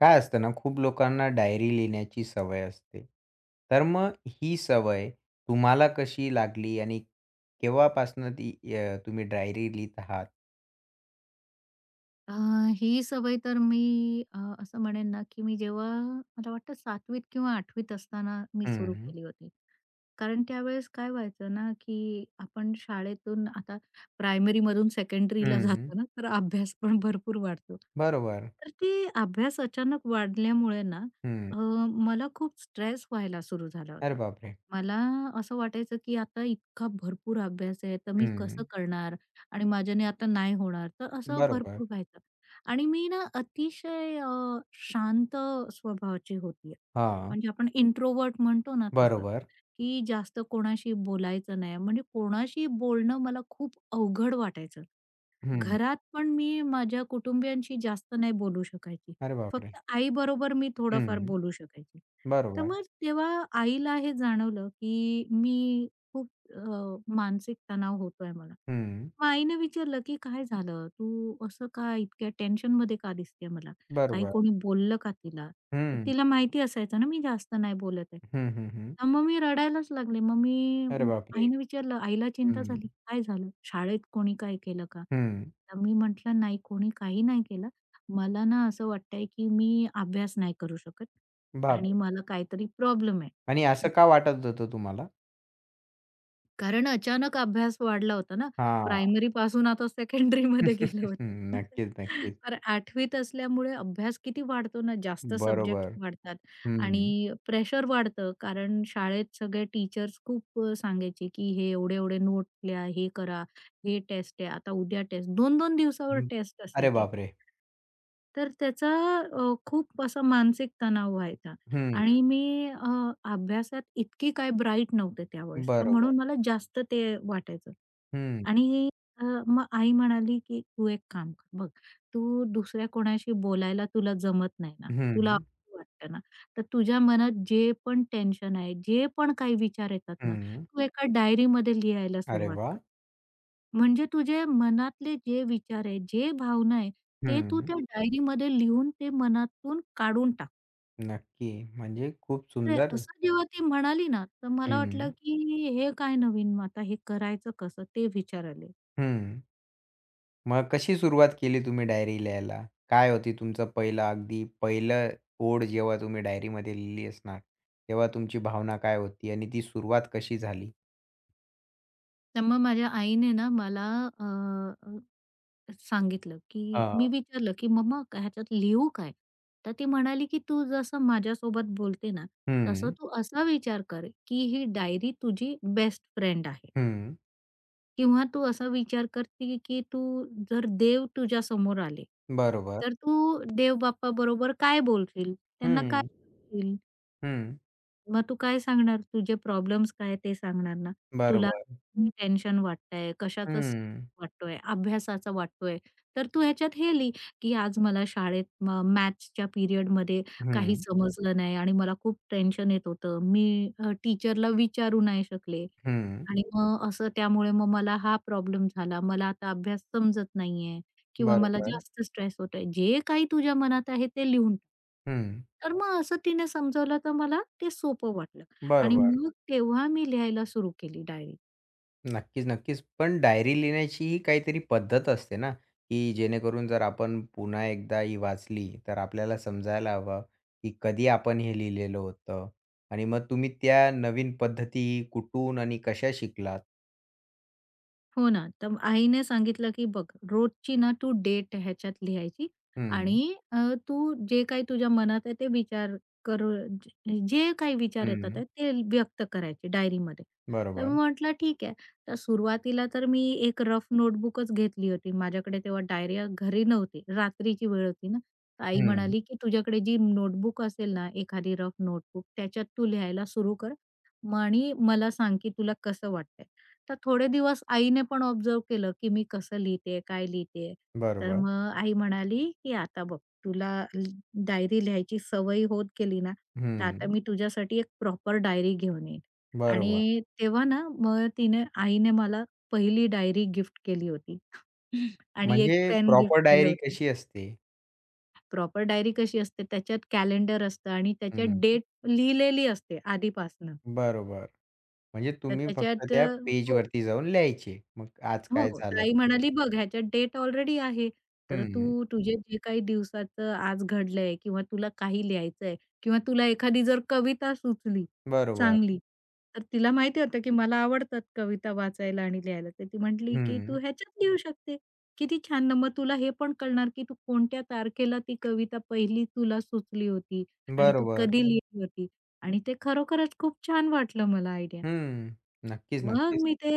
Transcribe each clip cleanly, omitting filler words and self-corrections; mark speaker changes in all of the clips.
Speaker 1: काय असतं ना, खूप लोकांना डायरी लिहिण्याची सवय असते. तर मग ही सवय तुम्हाला कशी लागली आणि केव्हापासनं ती तुम्ही डायरी लिहीत आहात?
Speaker 2: अ, ही सवय तर मी असं म्हणेन ना, की मी जेव्हा मला वाटतं 7वीत किंवा 8वीत असताना मी सुरू
Speaker 1: हं,
Speaker 2: केली होती. कारण त्यावेळेस काय व्हायचं ना, की आपण शाळेतून आता प्रायमरीमधून सेकंडरीला
Speaker 1: हं.
Speaker 2: जातो ना, तर अभ्यास पण भरपूर वाढतो.
Speaker 1: बरोबर.
Speaker 2: तर ते अभ्यास अचानक वाढल्यामुळे ना,
Speaker 1: हं.
Speaker 2: अ, मला खूप स्ट्रेस व्हायला सुरू झाला
Speaker 1: अरे
Speaker 2: होता.
Speaker 1: बापरे!
Speaker 2: मला असं वाटायचं, की आता इतका भरपूर अभ्यास आहे, तर मी कसं
Speaker 1: हं.
Speaker 2: करणार? आणि माझ्याने आता नाही होणार. तर असं
Speaker 1: बरोबर.
Speaker 2: भरपूर व्हायचं. आणि मी ना अतिशय शांत स्वभावाची होती.
Speaker 1: हां.
Speaker 2: म्हणजे आपण इंट्रोव्हर्ट म्हणतो ना तसं.
Speaker 1: बरोबर.
Speaker 2: की जास्त कोणाशी बोलायचं नाही. म्हणजे कोणाशी बोलणं मला खूप अवघड वाटायचं.
Speaker 1: हं.
Speaker 2: घरात पण मी माझ्या कुटुंबियांशी जास्त नाही बोलू शकायची.
Speaker 1: अरे बापरे!
Speaker 2: फक्त आई बरोबर मी थोडंफार
Speaker 1: हं.
Speaker 2: बोलू शकायची. तर
Speaker 1: बरोबर.
Speaker 2: मग तेव्हा आईला हे जाणवलं, की मी खूप मानसिक तणाव होतोय मला.
Speaker 1: हं.
Speaker 2: मग आईने विचारलं, की "काय झालं? तू असं का इतक्या टेन्शनमध्ये का दिसते मला? काही
Speaker 1: बरोबर.
Speaker 2: कोणी बोललं का तिला?" तर
Speaker 1: हं.
Speaker 2: तिला माहिती असायचं ना मी जास्त नाही बोलत आहे.
Speaker 1: हं, हं, हं.
Speaker 2: तर मग मी रडायलाच लागले.
Speaker 1: अरे बापरे!
Speaker 2: आईने विचारलं, आईला चिंता
Speaker 1: हं.
Speaker 2: झाली, "काय झालं? शाळेत कोणी काय केलं का?"
Speaker 1: हं.
Speaker 2: तर मी म्हटलं, "नाही, कोणी काही नाही केलं. मला ना असं वाटतंय, की मी अभ्यास नाही करू शकत आणि
Speaker 1: बापरे!
Speaker 2: मला काहीतरी प्रॉब्लेम आहे."
Speaker 1: आणि असं का वाटत होतं तुम्हाला?
Speaker 2: कारण अचानक अभ्यास वाढला होता ना.
Speaker 1: हां.
Speaker 2: प्रायमरीपासून आता सेकंडरीमध्ये गेलं होतं.
Speaker 1: नक्कीच, नक्कीच.
Speaker 2: तर 8वीत असल्यामुळे अभ्यास किती वाढतो ना, जास्त सब्जेक्ट
Speaker 1: बरोबर.
Speaker 2: वाढतात
Speaker 1: हं,
Speaker 2: आणि प्रेशर वाढतं. कारण शाळेत सगळे टीचर्स खूप सांगायचे, की हे एवढे-एवढे नोट लिहा, हे करा, हे टेस्ट आहे, आता उद्या टेस्ट. 2-2 दिवसावर
Speaker 1: हं.
Speaker 2: टेस्ट
Speaker 1: अरे
Speaker 2: असायचे.
Speaker 1: बापरे!
Speaker 2: तर त्याचा खूप असा मानसिक तणाव व्हायचा
Speaker 1: हं,
Speaker 2: आणि मी अभ्यासात इतकी काय ब्राईट नव्हते त्यावेळेस, तर
Speaker 1: बरोबर.
Speaker 2: म्हणून मला जास्त ते वाटायचं.
Speaker 1: हं,
Speaker 2: आणि मग आई म्हणाली, की "तू एक काम कर बघ, तू दुसऱ्या कोणाशी बोलायला तुला जमत नाही ना, तुला
Speaker 1: हं,
Speaker 2: अवघड वाटतं ना, तर तुझ्या मनात जे पण टेन्शन आहे, जे पण काही विचार येतात ना,
Speaker 1: हं.
Speaker 2: तू एका डायरीमध्ये लिहायला
Speaker 1: अरे
Speaker 2: सुरुवात
Speaker 1: वाह!
Speaker 2: कर." म्हणजे तुझे मनातले जे विचार आहे, जे भावना आहे, ते तू
Speaker 1: हं,
Speaker 2: त्या डायरीमध्ये लिहून ते मनातून काढून टाक.
Speaker 1: नक्की. म्हणजे खूप
Speaker 2: तर
Speaker 1: सुंदर.
Speaker 2: असं जेव्हा ती म्हणाली ना, तर मला वाटलं
Speaker 1: हं,
Speaker 2: की हे काय नवीन मग आता हे करायचं कसं ते विचारायले.
Speaker 1: हं. मग कशी सुरुवात केली तुम्ही डायरी लिहायला? काय होती तुमचं पहिलं अगदी पहिलं ओळ जेव्हा तुम्ही डायरीमध्ये लिहिली असणार, तेव्हा तुमची भावना काय होती आणि ती सुरुवात कशी झाली?
Speaker 2: तर मग माझ्या आईने ना मला अ, अ, सांगितलं की मी
Speaker 1: हां.
Speaker 2: विचारलं की "मम्मा ह्याच्यात लिहू काय?" तर ती म्हणाली की "तू जसं माझ्यासोबत बोलते ना, तसं
Speaker 1: हं,
Speaker 2: तू असा विचार कर की ही डायरी तुझी बेस्ट फ्रेंड आहे."
Speaker 1: हं.
Speaker 2: किंवा तू असा विचार करते की तू जर देव तुझ्या समोर आले,
Speaker 1: बरोबर.
Speaker 2: तर तू देव बाप्पा बरोबर काय बोलशील? त्यांना काय
Speaker 1: हं,
Speaker 2: सांगशील?
Speaker 1: हं.
Speaker 2: मग तू काय सांगणार? तुझे प्रॉब्लेम्स काय ते सांगणार ना? तुला
Speaker 1: बरोबर.
Speaker 2: टेन्शन वाटतंय, कशाचा स्ट्रेस
Speaker 1: हं,
Speaker 2: वाटतोय, अभ्यासाचा वाटतोय, तर तू ह्याच्यात हे लिही, की आज मला शाळेत मॅथ्सच्या पिरियडमध्ये काही
Speaker 1: हं,
Speaker 2: समजलं नाही आणि मला खूप टेन्शन येत होतं. मी टीचरला विचारू नाही शकले
Speaker 1: हं.
Speaker 2: आणि मग असं त्यामुळे मग मला हा प्रॉब्लेम झाला. मला आता अभ्यास समजत नाहीये. किंवा मला
Speaker 1: बरोबर.
Speaker 2: जास्त स्ट्रेस होतोय. जे काही तुझ्या मनात आहे ते लिहून टाक.
Speaker 1: हं.
Speaker 2: तर मग असं तिने समजावलं तर मला ते सोपं वाटलं आणि
Speaker 1: बरोबर.
Speaker 2: मग तेव्हा मी लिहायला सुरू केली डायरी.
Speaker 1: नक्कीच, नक्कीच. पण डायरी लिहिण्याची ही काहीतरी पद्धत असते ना, की जेणेकरून जर आपण पुन्हा एकदा ही वाचली, तर आपल्याला समजायला हवं, की कधी आपण हे लिहिलेलं होतं आणि मग तुम्ही त्या नवीन पद्धती कुठून आणि कशा शिकलात?
Speaker 2: हो ना. तर आईने सांगितलं, की "बघ रोजची ना तू डेट ह्याच्यात लिहायची
Speaker 1: हं,
Speaker 2: आणि तू जे काही तुझ्या मनात आहे ते विचार कर जे जे काही विचार येतात
Speaker 1: हं.
Speaker 2: आहे ते व्यक्त करायचे डायरीमध्ये." तर मी
Speaker 1: बरोबर.
Speaker 2: म्हटलं ठीक आहे. तर सुरुवातीला तर मी एक रफ नोटबुकच घेतली होती. माझ्याकडे तेव्हा डायरी घरी नव्हती. रात्रीची वेळ होती ना. तर आई
Speaker 1: हं.
Speaker 2: म्हणाली, की "तुझ्याकडे जी नोटबुक असेल ना एखादी रफ नोटबुक त्याच्यात तू लिहायला सुरू कर आणि मला सांग, की तुला कसं वाटतंय." तर थोडे दिवस आईने पण ऑब्झर्व्ह केलं, की मी कसं लिहितेय, काय लिहितेय. तर
Speaker 1: बरोबर.
Speaker 2: मग आई म्हणाली, "की आता बघ तुला ल डायरी लिहायची सवय होत गेली ना, तर आता
Speaker 1: हं.
Speaker 2: मी तुझ्यासाठी एक प्रॉपर डायरी घेऊन येईन."
Speaker 1: बरोबर.
Speaker 2: आणि तेव्हा ना मग आईने मला पहिली डायरी गिफ्ट केली होती आणि एक
Speaker 1: म्हणजे
Speaker 2: पेन गिफ्ट
Speaker 1: प्रॉपर
Speaker 2: केलं
Speaker 1: डायरी
Speaker 2: होतं.
Speaker 1: कशी असते?
Speaker 2: प्रॉपर डायरी कशी असते त्याच्यात कॅलेंडर असतं आणि
Speaker 1: हं.
Speaker 2: त्याच्यात डेट लिहिलेली असते आधीपासनं.
Speaker 1: बरोबर. म्हणजे
Speaker 2: तर
Speaker 1: तुम्ही फक्त
Speaker 2: त्याच्यात
Speaker 1: त्या पेजवरती जाऊन लिहायचे. मग आज
Speaker 2: हो,
Speaker 1: काय
Speaker 2: तर
Speaker 1: झालं?
Speaker 2: आई म्हणाली, "बघ ह्याच्यात डेट ऑलरेडी आहे, तर
Speaker 1: हं.
Speaker 2: तू तुझे जे काही दिवसाचं आज घडलंय किंवा तुला काही लिहायचंय किंवा तुला एखादी जर कविता सुचली
Speaker 1: बरोबर.
Speaker 2: चांगली." तर तिला माहिती होतं, की मला आवडतात कविता वाचायला आणि लिहायला. तर ती म्हटली, की
Speaker 1: हं.
Speaker 2: "तू ह्याच्यात लिहू शकते. किती छान ना! मग तुला हे पण कळणार, की तू कोणत्या तारखेला ती कविता पहिली तुला सुचली होती आणि तू
Speaker 1: बरोबर.
Speaker 2: कधी लिहिली होती." आणि ते खरोखरच खूप छान वाटलं मला आयडिया.
Speaker 1: हं. नक्कीच,
Speaker 2: मग
Speaker 1: नक्कीच.
Speaker 2: मी ते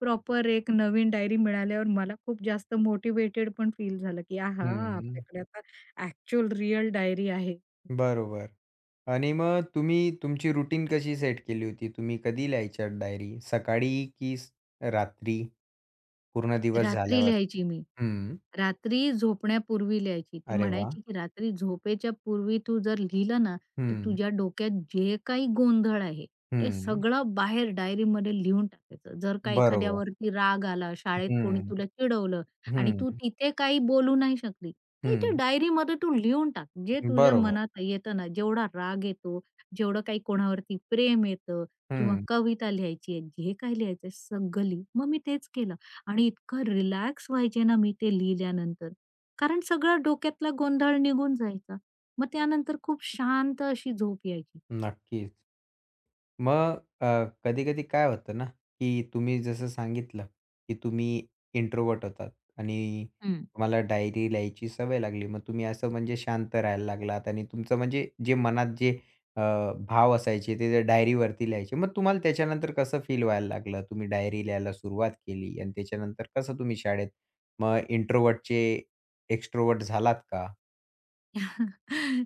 Speaker 2: प्रॉपर एक नवीन डायरी मिळाल्यावर मला खूप जास्त मोटिवेटेड पण फील झालं, की आहा!
Speaker 1: हं.
Speaker 2: आपल्याकडे आता ॲक्चुअल रिअल डायरी आहे.
Speaker 1: बरोबर. आणि मग तुम्ही तुमची रुटीन कशी सेट केली होती? तुम्ही कधी लिहायच्या डायरी? सकाळी की स रात्री? पूर्ण दिवस
Speaker 2: रात्री
Speaker 1: झाल्यावर?
Speaker 2: लिहायची मी.
Speaker 1: हं.
Speaker 2: रात्री झोपण्यापूर्वी लिहायची. ती
Speaker 1: अरे वाह!
Speaker 2: म्हणायची, की "रात्री झोपेच्या पूर्वी तू जर लिहिलं ना, तर
Speaker 1: हं.
Speaker 2: तुझ्या डोक्यात जे काही गोंधळ आहे, ते
Speaker 1: हं.
Speaker 2: सगळं बाहेर डायरीमध्ये लिहून टाकायचं. जर का
Speaker 1: बरोबर.
Speaker 2: एखाद्यावरती राग आला, शाळेत कोणी
Speaker 1: हं.
Speaker 2: तुला चिडवलं
Speaker 1: हं.
Speaker 2: आणि तू तिथे काही बोलू नाही शकली, तर इथे
Speaker 1: हं.
Speaker 2: डायरीमध्ये तू लिहून टाक. जे तुझ्या
Speaker 1: बरोबर.
Speaker 2: मनात येतं ना, जेवढा राग येतो, जेवढं काही कोणावरती प्रेम येतं किंवा
Speaker 1: हं.
Speaker 2: कविता लिहायची आहे, जे काही लिहायचंय सगळं लिह." मग मी तेच केलं. आणि इतकं रिलॅक्स व्हायचे ना मी ते लिहिल्यानंतर. कारण सगळा डोक्यातला गोंधळ निघून जायचा. मग त्यानंतर खूप शांत अशी झोप यायची.
Speaker 1: नक्कीच. मग कधी-कधी काय होतं ना, की तुम्ही जसं सांगितलं, की तुम्ही इंट्रोव्हर्ट होतात आणि
Speaker 2: हं.
Speaker 1: तुम्हाला डायरी लिहायची सवय लागली. मग तुम्ही असं म्हणजे शांत राहायला लागलात आणि तुमचं म्हणजे जे मनात जे अ, भाव असायचे ते डायरीवरती लिहायचे. मग तुम्हाला त्याच्यानंतर कसं फील व्हायला लागलं? तुम्ही डायरी लिहायला सुरुवात केली आणि त्याच्यानंतर कसं तुम्ही शाळेत मग इंट्रोव्हर्टचे एक्स्ट्रोव्हर्ट झालात का?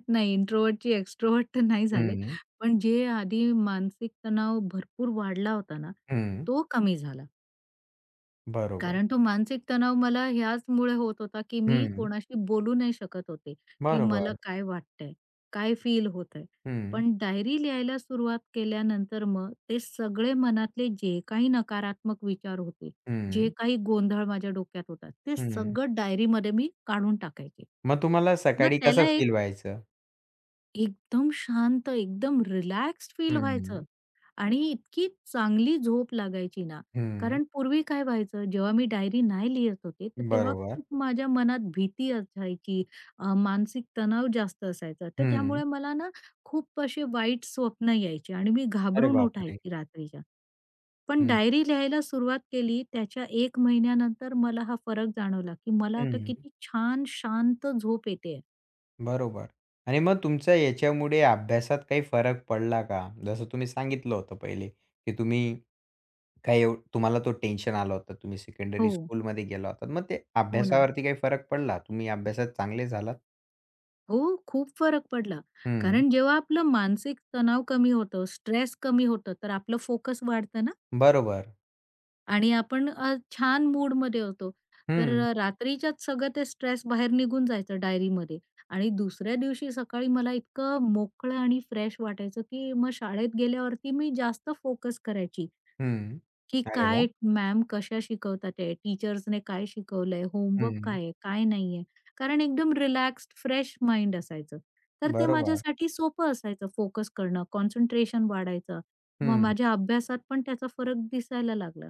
Speaker 2: नाही इंट्रोव्हर्टची एक्स्ट्रोव्हर्ट तर नाही झाले.
Speaker 1: हं,
Speaker 2: पण जे आधी मानसिक तणाव भरपूर वाढला होता ना,
Speaker 1: हं.
Speaker 2: तो कमी झाला.
Speaker 1: बरोबर.
Speaker 2: कारण तो मानसिक तणाव मला ह्याचमुळे होत होता, की मी
Speaker 1: हं.
Speaker 2: कोणाशी बोलू नाही शकत होते, की मला
Speaker 1: बरोबर.
Speaker 2: काय वाटतंय, काय फील होतंय.
Speaker 1: हं,
Speaker 2: पण डायरी लिहायला सुरुवात केल्यानंतर मग ते सगळे मनातले जे काही नकारात्मक विचार होते, जे
Speaker 1: हं,
Speaker 2: काही गोंधळ माझ्या डोक्यात होता, ते
Speaker 1: हं.
Speaker 2: सगळं डायरीमध्ये मी काढून टाकायचे.
Speaker 1: मग तुम्हाला
Speaker 2: मग
Speaker 1: सकाळी
Speaker 2: त्याला
Speaker 1: कसं
Speaker 2: एक
Speaker 1: फील व्हायचं?
Speaker 2: एकदम शांत, एकदम रिलॅक्स्ड फील व्हायचं
Speaker 1: हं,
Speaker 2: आणि इतकी चांगली झोप लागायची ना,
Speaker 1: हं.
Speaker 2: कारण पूर्वी काय व्हायचं, जेव्हा मी डायरी नाही लिहित होते, तर तेव्हा
Speaker 1: बरोबर.
Speaker 2: खूप माझ्या मनात भीती असायची, मानसिक तणाव जास्त असायचा. तर
Speaker 1: हं.
Speaker 2: त्यामुळे मला ना खूप असे वाईट स्वप्न यायचे आणि मी
Speaker 1: अरे
Speaker 2: घाबरून
Speaker 1: बापरे!
Speaker 2: उठायची रात्रीच्या. पण
Speaker 1: हं,
Speaker 2: डायरी लिहायला सुरुवात केली, त्याच्या 1 महिन्यानंतर मला हा फरक जाणवला, की मला आता
Speaker 1: हं.
Speaker 2: किती छान शांत झोप येते.
Speaker 1: बरोबर. आणि मग तुमचा याच्यामुळे अभ्यासात काही फरक पडला का? जसं तुम्ही सांगितलं होतं पहिले, की तुम्ही काही एव तुम्हाला तो टेन्शन आलं होतं. तुम्ही सेकंडरी
Speaker 2: हो,
Speaker 1: स्कूलमध्ये गेला होतात. मग ते
Speaker 2: हो ना.
Speaker 1: अभ्यासावरती काही फरक पडला? तुम्ही अभ्यासात चांगले झालात?
Speaker 2: हो, खूप फरक पडला.
Speaker 1: हं.
Speaker 2: कारण जेव्हा आपलं मानसिक तणाव कमी होतं, स्ट्रेस कमी होतं, तर आपलं फोकस वाढतं ना
Speaker 1: बरोबर.
Speaker 2: आणि आपण छान मूडमध्ये होतो. तर
Speaker 1: हं,
Speaker 2: रात्रीच्याच सगळं ते स्ट्रेस बाहेर निघून जायचं डायरीमध्ये आणि दुसऱ्या दिवशी सकाळी मला इतकं मोकळं आणि फ्रेश वाटायचं, की मग शाळेत गेल्यावरती मी जास्त फोकस करायची
Speaker 1: हं.
Speaker 2: की
Speaker 1: अरे वाह!
Speaker 2: काय मॅम कशा शिकवतात आहे, टीचर्सने काय शिकवलंय, होमवर्क
Speaker 1: हं.
Speaker 2: काय आहे, काय नाहीये. कारण एकदम रिलॅक्स्ड फ्रेश माइंड असायचं. तर ते
Speaker 1: बरोबर.
Speaker 2: माझ्यासाठी सोपं असायचं फोकस करणं, कॉन्सन्ट्रेशन वाढायचं. मग
Speaker 1: हं.
Speaker 2: माझ्या अभ्यासात पण त्याचा फरक दिसायला लागला.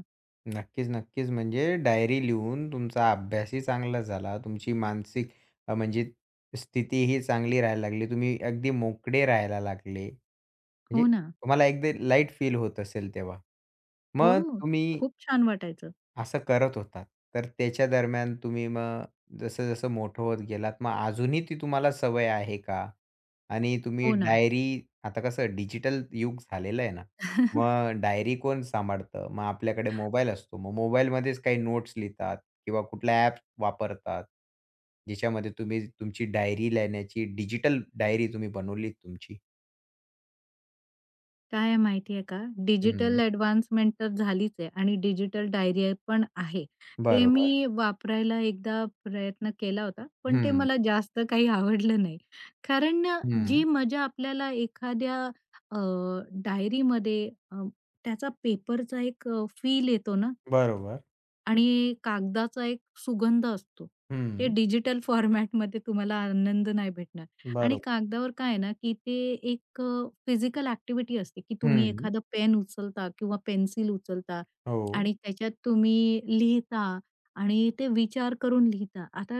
Speaker 1: नक्कीच, नक्कीच. म्हणजे डायरी लिहून तुमचा अभ्यासही चांगला झाला. तुमची मानसिक म्हणजे स्थितीही चांगली राहायला लागली. तुम्ही अगदी मोकळे राहायला लागले. म्हणजे
Speaker 2: हो ना.
Speaker 1: तुम्हाला एकदा लाईट फील होत असेल तेव्हा.
Speaker 2: हो.
Speaker 1: मग तुम्ही
Speaker 2: खूप छान वाटायचं.
Speaker 1: असं करत होतात. तर त्याच्या दरम्यान तुम्ही मग जसं-जसं मोठं होत गेलात, मग अजूनही ती तुम्हाला सवय आहे का? आणि तुम्ही
Speaker 2: हो ना.
Speaker 1: डायरी आता कसं डिजिटल युग झालेलं आहे ना, मग डायरी कोण सांभाळतं? मग आपल्याकडे मोबाईल असतो. मग मोबाईलमध्येच काही नोट्स लिहितात किंवा कुठला ॲप वापरतात, ज्याच्यामध्ये तुम्ही तुमची डायरी लिहिण्याची डिजिटल डायरी तुम्ही बनवली तुमची.
Speaker 2: काय आहे माहिती आहे का, डिजिटल
Speaker 1: हं.
Speaker 2: एडव्हान्समेंट तर झालीच आहे आणि डिजिटल डायरी पण आहे. ते
Speaker 1: बरोबर.
Speaker 2: मी वापरायला एकदा प्रयत्न केला होता, पण ते
Speaker 1: हं.
Speaker 2: मला जास्त काही आवडलं नाही. कारण
Speaker 1: हं.
Speaker 2: जी मजा आपल्याला एखाद्या अ, डायरीमध्ये त्याचा पेपरचा एक फील येतो ना,
Speaker 1: बरोबर.
Speaker 2: आणि कागदाचा एक सुगंध असतो. ते
Speaker 1: हं.
Speaker 2: डिजिटल फॉर्मॅटमध्ये तुम्हाला आनंद नाही भेटणार आणि
Speaker 1: बरोबर.
Speaker 2: कागदावर काय आहे ना, की ते एक फिजिकल ॲक्टिव्हिटी असते, की तुम्ही
Speaker 1: हं.
Speaker 2: एखादं पेन उचलता किंवा पेन्सिल उचलता
Speaker 1: हो.
Speaker 2: आणि त्याच्यात तुम्ही लिहिता आणि ते विचार करून लिहिता. आता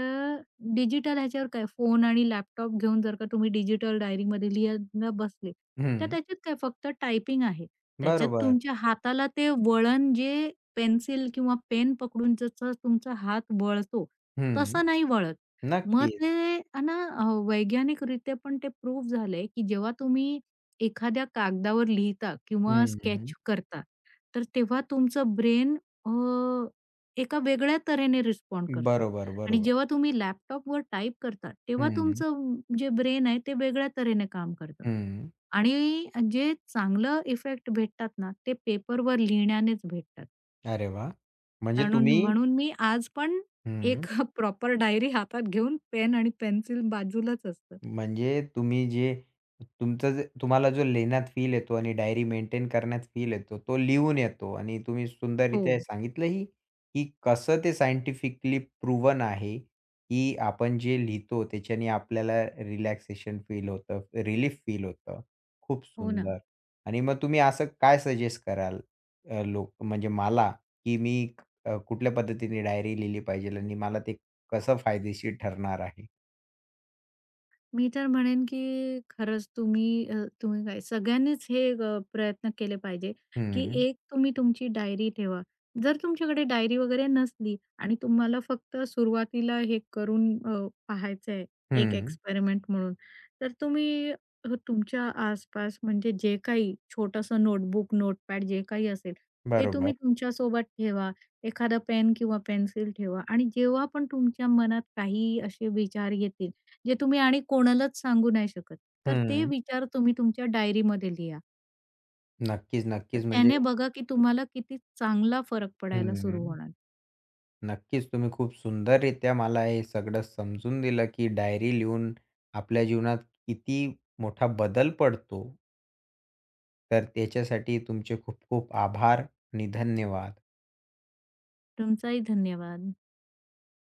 Speaker 2: डिजिटल ह्याच्यावर काय फोन आणि लॅपटॉप घेऊन जर का तुम्ही डिजिटल डायरीमध्ये लिहायला बसले, तर
Speaker 1: हं.
Speaker 2: त्याच्यात काय फक्त टायपिंग आहे. त्याच्यात
Speaker 1: बरोबर.
Speaker 2: तुमच्या हाताला ते वळण जे पेन्सिल किंवा पेन पकडून जसा तुमचा हात वळतो,
Speaker 1: हं.
Speaker 2: तसा नाही वळत. मग ते
Speaker 1: नक्कीच.
Speaker 2: आहे ना वैज्ञानिकरित्या पण ते प्रूव्ह झालंय, की जेव्हा तुम्ही एखाद्या कागदावर लिहिता किंवा
Speaker 1: हं.
Speaker 2: स्केच करता, तर तेव्हा तुमचं ब्रेन अ, एका वेगळ्या तऱ्हेने रिस्पॉन्ड करतं
Speaker 1: बरोबर,
Speaker 2: आणि
Speaker 1: बरोबर.
Speaker 2: जेव्हा तुम्ही लॅपटॉपवर टाइप करता, तेव्हा
Speaker 1: हं,
Speaker 2: तुमचं जे ब्रेन आहे ते वेगळ्या तऱ्हेने काम करतं.
Speaker 1: हं.
Speaker 2: आणि जे चांगलं इफेक्ट भेटतात ना, ते पेपरवर लिहिण्यानेच भेटतात.
Speaker 1: अरे वाह! म्हणजे
Speaker 2: म्हणून
Speaker 1: तुम्ही
Speaker 2: म्हणून मी आज पण
Speaker 1: हं.
Speaker 2: एक प्रॉपर डायरी हातात घेऊन पेन आणि पेन्सिल बाजूलाच असतं.
Speaker 1: म्हणजे तुम्ही जे तुमचं जे तुम्हाला जो लेण्यात फील येतो आणि डायरी मेंटेन करण्यात फील येतो, तो लिहून येतो आणि तुम्ही
Speaker 2: हो.
Speaker 1: सुंदररीत्या सांगितलंही, की कसं ते सायंटिफिकली प्रूव्हन आहे, की आपण जे लिहितो त्याच्याने आपल्याला रिलॅक्सेशन फील होतं, रिलीफ फील होतं. खूप
Speaker 2: हो ना.
Speaker 1: सुंदर. आणि मग तुम्ही असं काय सजेस्ट कराल लोक म्हणजे मला, की मी कुठल्या पद्धतीने डायरी लिहिली पाहिजे आणि मला ते कसं फायदेशीर ठरणार आहे?
Speaker 2: मी तर म्हणेन की खरंच तुम्ही तुम्ही काय सगळ्यांनीच हे प्रयत्न केले पाहिजे, की
Speaker 1: हं,
Speaker 2: एक तुम्ही तुमची डायरी ठेवा. जर तुमच्याकडे डायरी वगैरे नसली आणि तुम्हाला फक्त सुरुवातीला हे करून पाहायचं आहे, एक
Speaker 1: हं.
Speaker 2: एक्सपेरिमेंट म्हणून, तर तुम्ही तुमच्या आसपास म्हणजे जे काही छोटंसं नोटबुक, नोटपॅड जे काही असेल, ते
Speaker 1: बरोबर.
Speaker 2: तुम्ही तुमच्यासोबत ठेवा. एखादा पेन किंवा पेन्सिल ठेवा आणि जेव्हा पण तुमच्या मनात काही असे विचार येतील, जे तुम्ही आणि कोणालाच सांगू नाही शकत. तर ते
Speaker 1: हं.
Speaker 2: विचार तुम्ही तुमच्या डायरीमध्ये लिहा.
Speaker 1: नक्कीच,
Speaker 2: तर
Speaker 1: नक्कीच. म्हणजे
Speaker 2: त्याने बघा की तुम्हाला किती चांगला फरक पडायला सुरू
Speaker 1: हं.
Speaker 2: होणार.
Speaker 1: नक्कीच, तुम्ही खूप सुंदररित्या मला हे सगळं समजून दिलं, की डायरी लिहून आपल्या जीवनात किती मोठा बदल पडतो. तर त्याच्यासाठी तुमचे खूप खूप आभार आणि धन्यवाद.
Speaker 2: तुमचाही धन्यवाद.